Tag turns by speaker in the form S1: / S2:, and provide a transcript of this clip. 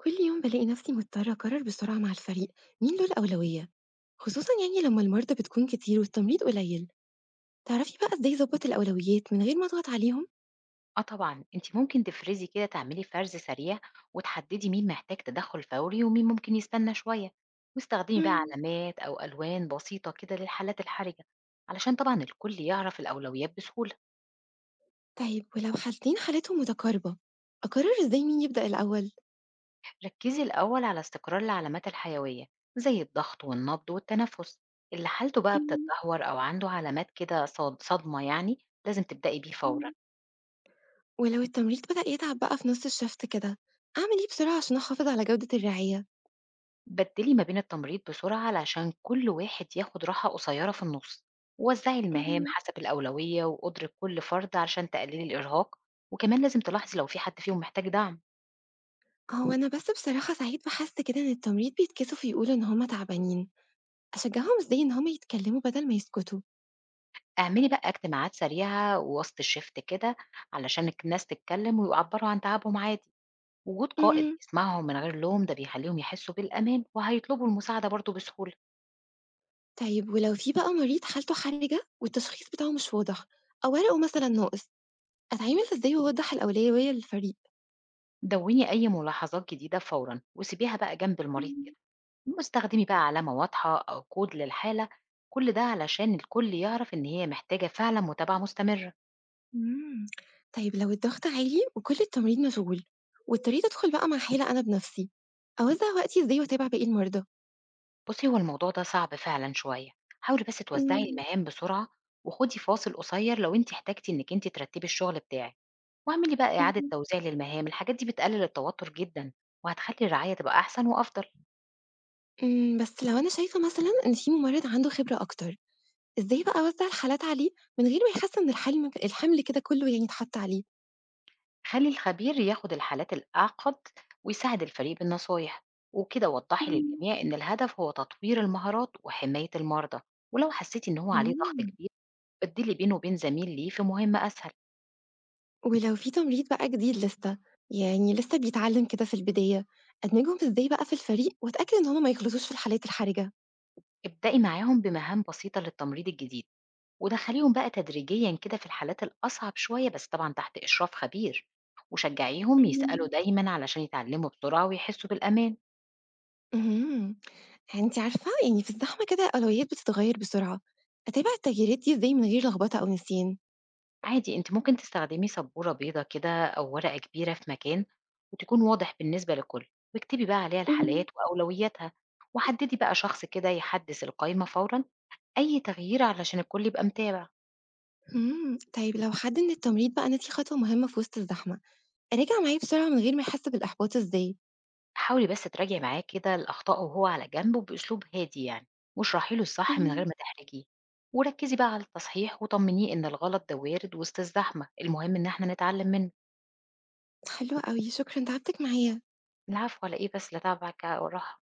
S1: كل يوم بلاقي نفسي مضطرة أقرر بسرعة مع الفريق، مين له الأولوية، خصوصا يعني لما المرضى بتكون كتير والتمريض قليل. تعرفي بقى ازاي أظبط الأولويات من غير ما أضغط عليهم؟
S2: آه طبعًا، أنتِ ممكن تفرزي كده تعملي فرز سريع وتحددي مين محتاج تدخُّل فوري ومين ممكن يستنى شوية، واستخدمي بقى
S1: مم.
S2: علامات أو ألوان بسيطة كده للحالات الحرجة، علشان طبعًا الكل يعرف الأولويات بسهولة.
S1: طيب ولو حالتين حالتهم متقاربة أقرر ازاي مين يبدأ الأول؟
S2: ركّزي الأول على استقرار العلامات الحيوية زي الضغط والنبض والتنفس، اللي حالته بقى
S1: مم.
S2: بتتدهور أو عنده علامات كده صدمة يعني لازم تبدئي بيه فورًا.
S1: مم. ولو التمريض بدأ يتعب بقى في نص الشفت كده أعمل ايه بسرعة عشان أحافظ على جودة الرعاية؟
S2: بدلي ما بين التمريض بسرعة علشان كل واحد ياخد راحة قصيرة في النص، وزعي المهام
S1: مم.
S2: حسب الأولوية وقدرة كل فرد علشان تقللي الإرهاق. وكمان لازم تلاحظي لو في حد فيهم محتاج دعم.
S1: هو أنا بس بصراحة ساعات بحس كده إن التمريض بيتكسفوا يقولوا إن هما تعبانين. أشجعهم ازاي إن هما يتكلموا بدل ما يسكتوا؟
S2: اعملي بقى اجتماعات سريعة وسط الشفت كده علشان الناس تتكلم ويعبروا عن تعبهم عادي. وجود قائد
S1: مم.
S2: يسمعهم من غير لوم ده بيخليهم يحسوا بالأمان وهيطلبوا المساعدة برضه بسهولة.
S1: طيب ولو في بقى مريض حالته حرجة والتشخيص بتاعه مش واضح أو ورقه مثلًا ناقص، أتعامل إزاي وأوضح الأولوية للفريق؟
S2: دوني أي ملاحظات جديدة فورا وسيبيها بقى جنب المريض، واستخدمي بقى علامة واضحة أو كود للحالة، كل ده علشان الكل يعرف إن هي محتاجة فعلا متابعة مستمرة.
S1: إمم. طيب لو الضغط عالي وكل التمريض مشغول، واضطريت أدخل بقى مع حالة أنا بنفسي، أوزع وقتي إزاي وأتابع باقي المرضى؟
S2: بصي هو الموضوع ده صعب فعلا شوية، حاولي بس توزعي
S1: إمم.
S2: المهام بسرعة، وخدي فاصل قصير لو انت احتاجتي انك ترتبي الشغل بتاعك، واعملي بقى إعادة
S1: اهم.
S2: توزيع للمهام. الحاجات دي بتقلل التوتر جدا وهتخلي الرعاية تبقى أحسن وأفضل.
S1: إمم. بس لو أنا شايفة مثلًا إن في ممرض عنده خبرة أكتر، إزاي بقى أوزع الحالات عليه من غير ما يحس إن الحمل كده كله يعني اتحط عليه؟
S2: خلي الخبير ياخد الحالات الأعقد ويساعد الفريق بالنصايح وكده، وضحي للجميع إن الهدف هو تطوير المهارات وحماية المرضى، ولو حسيتي إن هو عليه
S1: إمم.
S2: ضغط كبير بدلي بينه وبين زميل ليه في مهمة أسهل.
S1: ولو في تمريض بقى جديد لسه يعني لسه بيتعلم كده في البداية أدمجهم إزاي بقى في الفريق وأتأكد إن هما ما يغلطوش في الحالات الحرجة؟
S2: ابدأي معاهم بمهام بسيطة للتمريض الجديد، ودخليهم بقى تدريجيا كده في الحالات الأصعب شوية بس طبعا تحت إشراف خبير، وشجعيهم يسألوا
S1: مم.
S2: دايما علشان يتعلموا بسرعة ويحسوا بالأمان.
S1: امم أنت عارفة يعني في الزحمة كده الأولويات بتتغير بسرعة. أتابع التغييرات دي إزاي من غير لخبطة أو نسيان؟
S2: عادي أنتِ ممكن تستخدمي سبورة بيضا كده أو ورقة كبيرة في مكان وتكون واضح بالنسبة للكل، واكتبي بقى عليها
S1: مم.
S2: الحالات وأولوياتها، وحددي بقى شخص كده يحدث القائمة فورًا أي تغيير علشان الكل يبقى متابع.
S1: طيب لو حد من التمريض بقى نسي خطوة مهمة في وسط الزحمة أراجع معاه بسرعة من غير ما يحس بالإحباط إزاي؟
S2: حاولي بس تراجعي معاه كده الأخطاء وهو على جنب وبأسلوب هادي يعني، واشرحي له الصح من
S1: مم.
S2: غير ما تحرجيه، وركزي بقى على التصحيح وطمنيه إن الغلط ده وارد وسط الزحمة، المهم إن إحنا نتعلم منه.
S1: حلو قوي، شكرا تعبتك معايا.
S2: العفو على إيه بس، لا تعب على الك والراحة.